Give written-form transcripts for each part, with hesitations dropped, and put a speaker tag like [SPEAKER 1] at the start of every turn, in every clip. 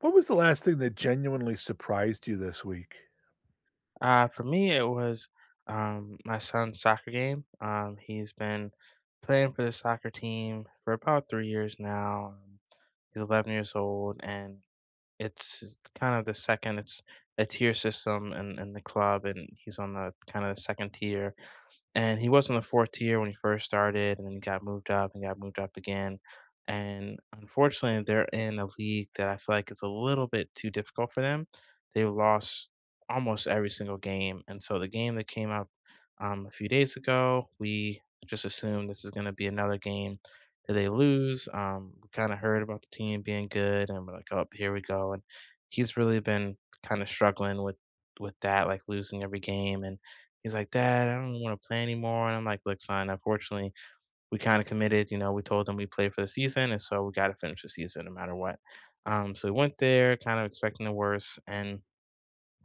[SPEAKER 1] What was the last thing that genuinely surprised you this week?
[SPEAKER 2] For me, it was my son's soccer game. He's been playing for the soccer team for about 3 years now. He's 11 years old, and it's kind of the second. It's a tier system in the club, and he's on the kind of the second tier, and he was on the fourth tier when he first started, and then he got moved up and got moved up again. And unfortunately, they're in a league that I feel like is a little bit too difficult for them. They lost almost every single game, and so the game that came up a few days ago, we just assumed this is going to be another game that they lose. We kind of heard about the team being good, and we're like, "Oh, here we go." And he's really been kind of struggling with that, like losing every game. And he's like, "Dad, I don't wanna play anymore," and I'm like, "Look, son, unfortunately, we kinda committed, you know, we told them we played for the season, and so we gotta finish the season no matter what." So we went there kind of expecting the worst, and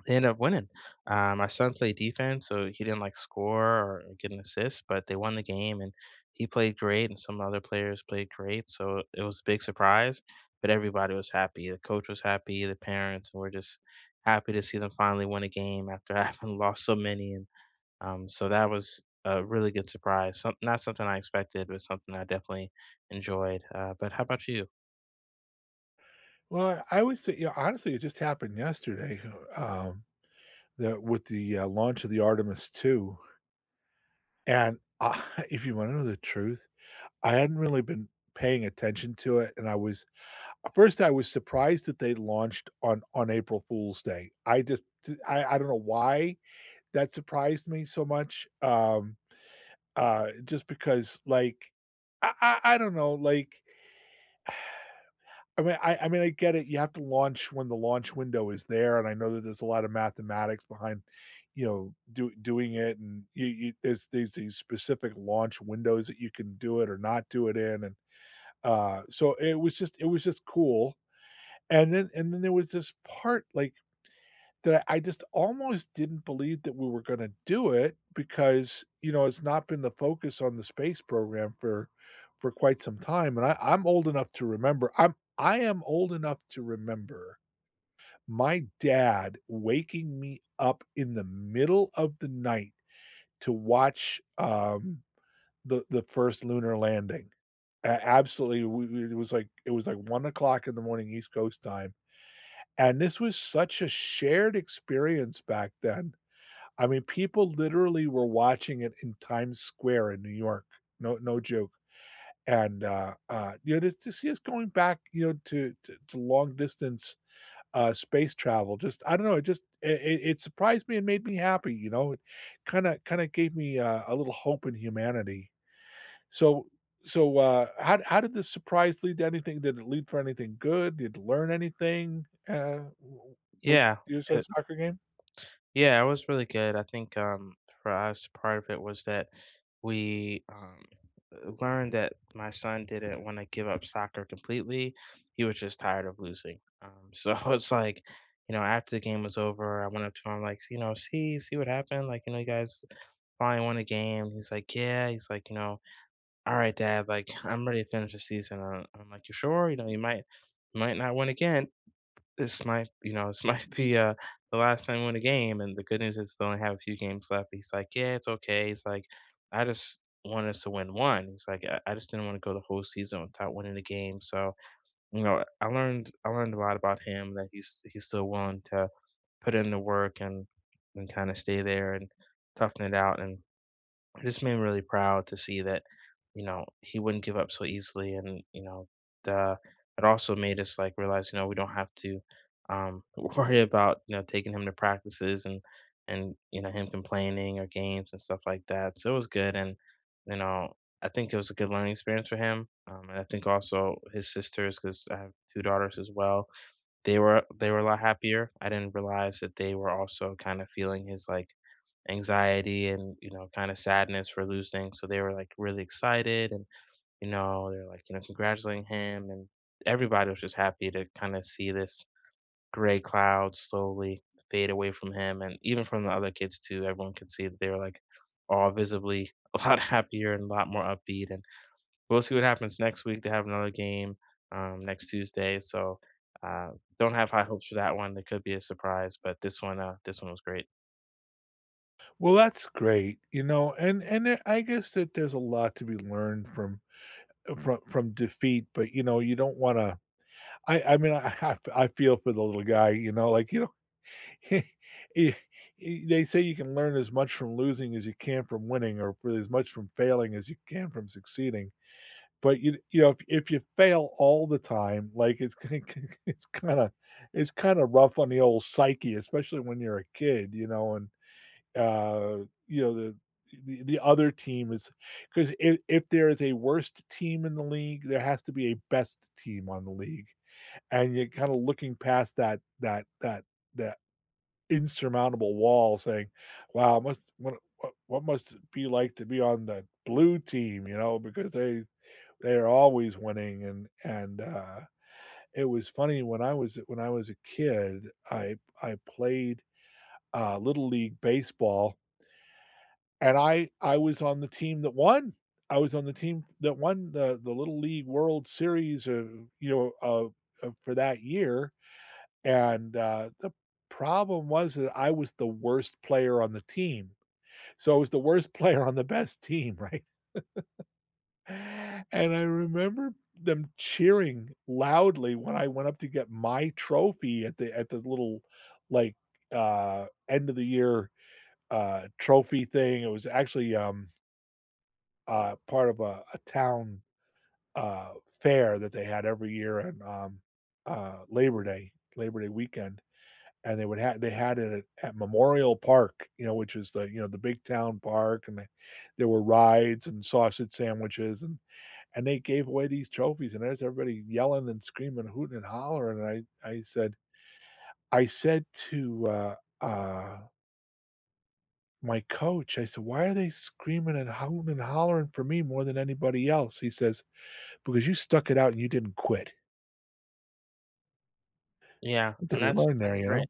[SPEAKER 2] they ended up winning. My son played defense, so he didn't, like, score or get an assist, but they won the game, and he played great, and some other players played great, so it was a big surprise, but everybody was happy. The coach was happy, the parents and were just happy to see them finally win a game after having lost so many, and so that was a really good surprise. Some, not something I expected, but something I definitely enjoyed. But how about you?
[SPEAKER 1] Well, I would say, yeah, honestly, it just happened yesterday, um, that with the launch of the Artemis 2. And if you want to know the truth, I hadn't really been paying attention to it. And I was, at first, I was surprised that they launched on April Fool's Day. I just, I don't know why that surprised me so much. Just because, like, I don't know, like, I mean, I get it. You have to launch when the launch window is there, and I know that there's a lot of mathematics behind, you know, doing it, and there's these specific launch windows that you can do it or not do it in, and so it was just cool. And then there was this part like that I just almost didn't believe that we were gonna do it because, you know, it's not been the focus on the space program for quite some time, and I'm I am old enough to remember my dad waking me up in the middle of the night to watch, the first lunar landing. A Absolutely, we it was like 1 o'clock in the morning East Coast time, and this was such a shared experience back then. I mean, people literally were watching it in Times Square in New York. No, No joke. And you know, this is going back, you know, to long distance space travel. Just I don't know. It just it surprised me and made me happy. You know, it kind of gave me a little hope in humanity. So so how did this surprise lead to anything? Did it lead for anything good? Did you learn anything with
[SPEAKER 2] Yeah,
[SPEAKER 1] your
[SPEAKER 2] it,
[SPEAKER 1] son's soccer game?
[SPEAKER 2] yeah, it was really good. I think for us, part of it was that we learned that my son didn't want to give up soccer completely. He was just tired of losing. So it's like, you know, after the game was over, I went up to him like, you know, see what happened. Like, you know, you guys finally won a game. He's like, yeah. He's like, you know, all right, dad, like I'm ready to finish the season. I'm like, you sure? You know, you might not win again. This might, you know, this might be the last time we win a game. And the good news is they only have a few games left. He's like, yeah, it's okay. He's like, I just want us to win one. He's like, I just didn't want to go the whole season without winning a game. So, you know, I learned a lot about him, that he's still willing to put in the work and kind of stay there and toughen it out, and this made me really proud to see that, you know, he wouldn't give up so easily. And you know, the it also made us like realize, you know, we don't have to worry about, you know, taking him to practices and you know him complaining or games and stuff like that. So it was good, and you know, I think it was a good learning experience for him, and I think also his sisters, because I have two daughters as well. They were a lot happier. I didn't realize that they were also kinda feeling his, like, anxiety and, you know, kinda sadness for losing, so they were, like, really excited, and, you know, they're, like, you know, congratulating him, and everybody was just happy to kinda see this gray cloud slowly fade away from him, and even from the other kids too. Everyone could see that they were, like, all visibly a lot happier and a lot more upbeat, and we'll see what happens next week. They have another game next Tuesday, so uh, don't have high hopes for that one. That could be a surprise, but this one was great.
[SPEAKER 1] Well, that's great, you know, and there I guess that there's a lot to be learned from from defeat, but, you know, you don't wanna I I feel for the little guy, you know, like, you know, he he they say you can learn as much from losing as you can from winning or for as much from failing as you can from succeeding, but you know, if you fail all the time, like, it's ki ki it's kinda rough on the old psyche, especially when you're a kid, you know, and uh, you know, the other team is because if there is a worst team in the league, there has to be a best team on the league, and you're kind of looking past that insurmountable wall, saying, "Wow, must what must it be like to be on the blue team?" You know, because they are always winning, and it was funny when I was a kid, I played little league baseball, and I was on the team that won. I was on the team that won the Little League World Series, for that year. And the problem was that I was the worst player on the team, so I was the worst player on the best team, right? And I remember them cheering loudly when I went up to get my trophy at the little like end of the year trophy thing. It was actually part of a town, uh, fair that they had every year on, Labor Day Labor Day weekend, and they would ha they had it at Memorial Park, you know, which is the, you know, the big town park, and the there were rides and sausage sandwiches, and they gave away these trophies, and there's everybody yelling and screaming, hooting and hollering, and I said to, uh, my coach, I said, "Why are they screaming and hooting and hollering for me more than anybody else?" He says, because you stuck it out and you didn't quit.
[SPEAKER 2] Yeah,
[SPEAKER 1] That's
[SPEAKER 2] and
[SPEAKER 1] what we learned there,
[SPEAKER 2] that's
[SPEAKER 1] you know.
[SPEAKER 2] great.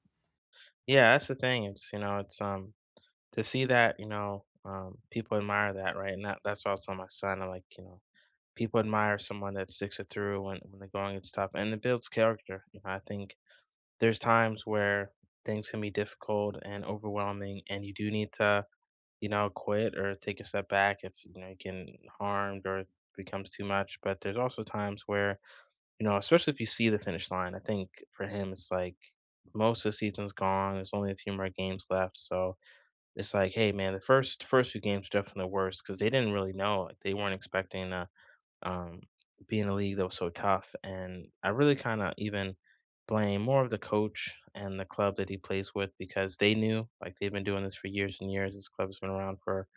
[SPEAKER 2] Yeah, that's the thing. It's You know, it's to see that, you know, people admire that, right? And that's also my son. I'm like, you know, people admire someone that sticks it through when the going gets tough, and it builds character. You know, I think there's times where things can be difficult and overwhelming, and you do need to, you know, quit or take a step back if, you know, you get harmed or it becomes too much. But there's also times where, you know, especially if you see the finish line. I think for him, it's like most of the season's gone. There's only a few more games left. So it's like, hey, man, the first few games were definitely the worst because they didn't really know. Like, they weren't expecting to um, be in a league that was so tough. And I really kind of even blame more of the coach and the club that he plays with, because they knew, like, they've been doing this for years and years. This club has been around for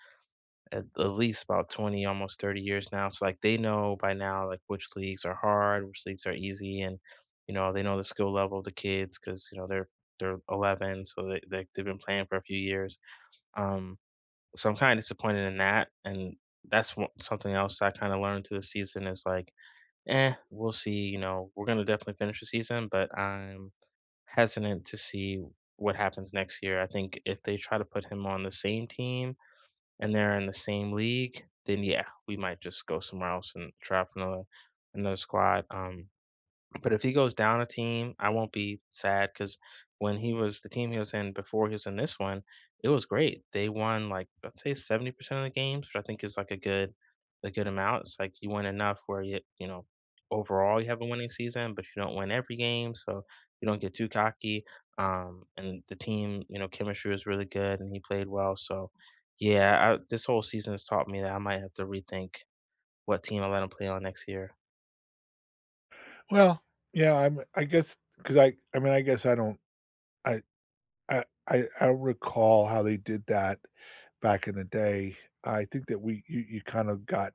[SPEAKER 2] at least about 20, almost 30 years now. So like they know by now, like, which leagues are hard, which leagues are easy, and you know they know the skill level of the kids because you know they're 11, so they've been playing for a few years. Um, so I'm kind of disappointed in that, and that's one, something else I kind of learned through the season is like, eh, we'll see. You know, we're gonna definitely finish the season, but I'm hesitant to see what happens next year. I think if they try to put him on the same team and they're in the same league, then yeah, we might just go somewhere else and try out another squad. But if he goes down a team, I won't be sad, because when he was the team he was in before he was in this one, it was great. They won, like, I'd say 70% of the games, which I think is, like, a good amount. It's like you win enough where you know, overall you have a winning season, but you don't win every game, so you don't get too cocky. And the team, you know, chemistry was really good and he played well. So, yeah, I this whole season has taught me that I might have to rethink what team I let him play on next year.
[SPEAKER 1] Well, yeah, I'm. I guess because I. I mean, I guess I don't. I. I. I don't recall how they did that back in the day. I think that we. You kind of got.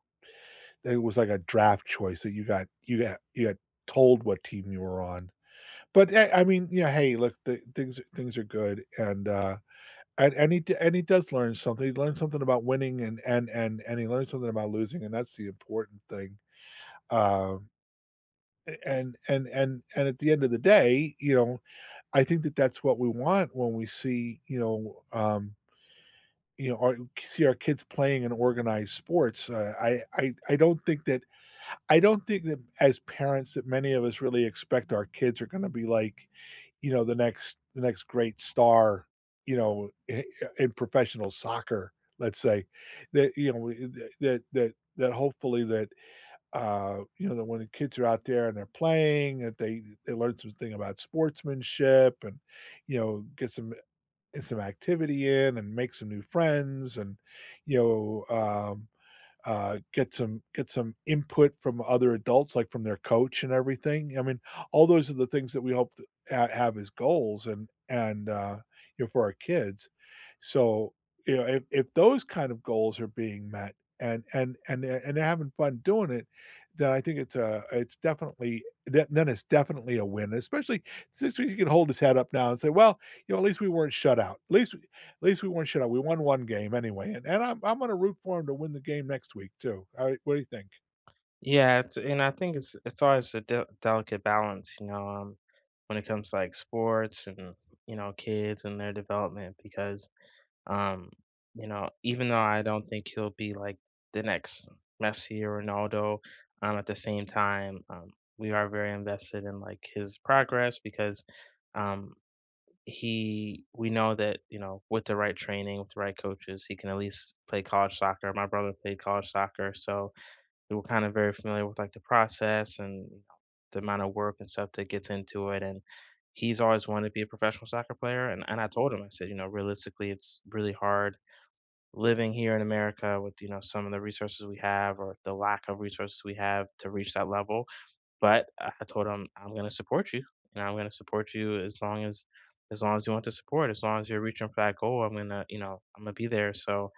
[SPEAKER 1] It was like A draft choice that You got told what team you were on. But eh, I mean, yeah. Hey, look, things things are good, and he does learn something. He learned something about winning, and he learned something about losing, and that's the important thing. Um, and at the end of the day, you know, I think that that's what we want when we see, you know, see our kids playing in organized sports. I don't think that as parents that many of us really expect our kids are going to be like, you know, the next great star, you know, in professional soccer, let's say, that you know that hopefully that you know, that when the kids are out there and they're playing, that they learn something about sportsmanship and, you know, get some activity in and make some new friends and, you know, get some input from other adults, like from their coach and everything. I mean, all those are the things that we hope to have as goals, and you know, for our kids. So you know, if those kind of goals are being met and they're having fun doing it, then I think it's a it's definitely that then it's definitely a win. Especially since we can hold his head up now and say, well, you know, at least we weren't shut out. At least Least we weren't shut out. We won one game anyway, and I'm going to root for him to win the game next week too. All right, what do you think?
[SPEAKER 2] Yeah, and I think it's always a delicate balance, you know, when it comes to like sports and you know kids and their development, because um, you know, even though I don't think he'll be like the next Messi or Ronaldo, at the same time, we are very invested in like his progress, because um, he we know that, you know, with the right training, with the right coaches, he can at least play college soccer. My brother played college soccer, so we were kind of very familiar with like the process and you know, the amount of work and stuff that gets into it. And he's always wanted to be a professional soccer player. And I told him, I said, you know, realistically, it's really hard living here in America with, you know, some of the resources we have or the lack of resources we have to reach that level. But I told him, I'm going to support you, and I'm going to support you as long as you want to support, as long as you're reaching for that goal, I'm gonna, you know, I'm gonna be there. So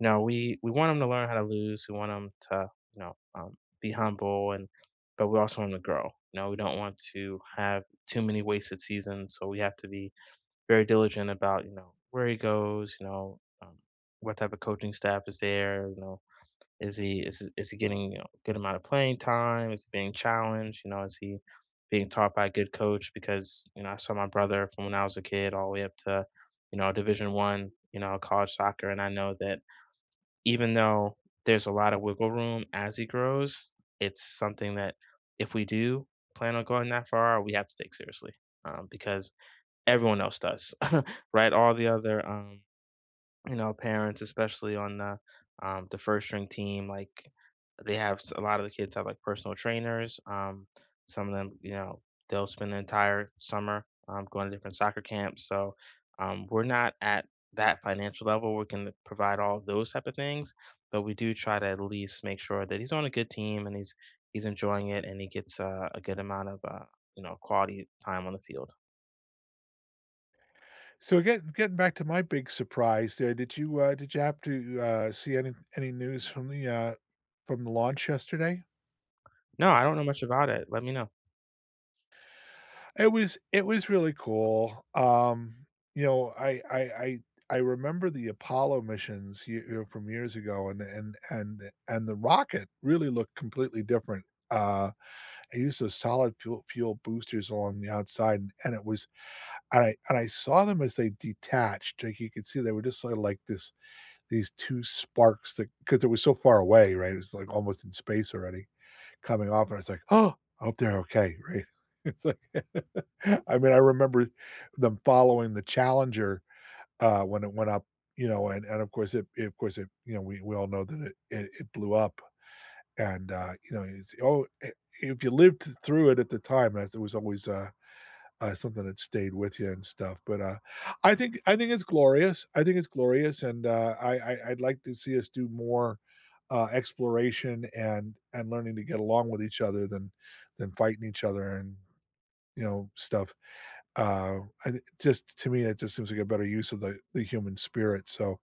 [SPEAKER 2] no, we want them to learn how to lose. We want them to, you know, be humble, and but we also want them to grow. You know, we don't want to have too many wasted seasons, so we have to be very diligent about, you know, where he goes, you know, what type of coaching staff is there, you know, is he getting, you know, good amount of playing time? Is he being challenged? You know, is he being taught by a good coach? Because, you know, I saw my brother from when I was a kid all the way up to, you know, Division One, you know, college soccer, and I know that even though there's a lot of wiggle room as he grows, it's something that, if we do plan on going that far, we have to take seriously, because everyone else does, right? All the other, you know, parents, especially on the first string team, like a lot of the kids have like personal trainers. Some of them, you know, they'll spend the entire summer going to different soccer camps. So we're not at that financial level. We can provide all of those type of things, but we do try to at least make sure that he's on a good team and he's enjoying it, and he gets a good amount of you know, quality time on the field.
[SPEAKER 1] So getting back to my big surprise there, did you have to see any news from the launch yesterday?
[SPEAKER 2] No, I don't know much about it. Let me know.
[SPEAKER 1] It was really cool. You know, I remember the Apollo missions, you know, from years ago, and the rocket really looked completely different. Uh, I used those solid fuel, fuel boosters along the outside, and it was. And I saw them as they detached, like, you could see they were just sort of like this these 2 sparks. That because it was so far away, right? It was, like, almost in space already coming off, and I was like, "Oh, I hope they're okay," right? It's like I mean, I remember them following the Challenger, when it went up, you know, and of course it, you know, we all know that it blew up, and, you know, it's, "Oh, eh, if you lived through it at the time," as it was always, something that stayed with you and stuff. But I think it's glorious. I think it's glorious, and I'd like to see us do more exploration and learning to get along with each other than fighting each other and you know stuff. Uh, I, just to me, it just seems like a better use of the human spirit. So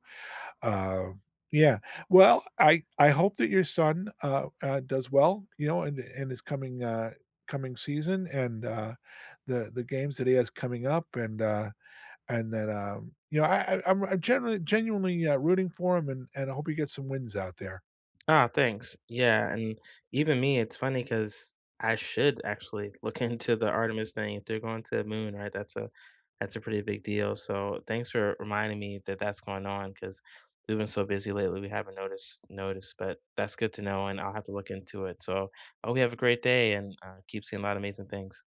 [SPEAKER 1] uh, yeah. Well, I hope that your son, does well, you know, in the in his coming, coming season and, the games that he has coming up and that, you know, I I'm generally genuinely, rooting for him and I hope he gets some wins out there.
[SPEAKER 2] Ah, thanks. Yeah, and even me, it's funny because I should actually look into the Artemis thing. If they're going to the moon, right? That's a pretty big deal. So thanks for reminding me that that's going on, because we've been so busy lately, we haven't noticed. But that's good to know, and I'll have to look into it. So I hope you have a great day and keep seeing a lot of amazing things.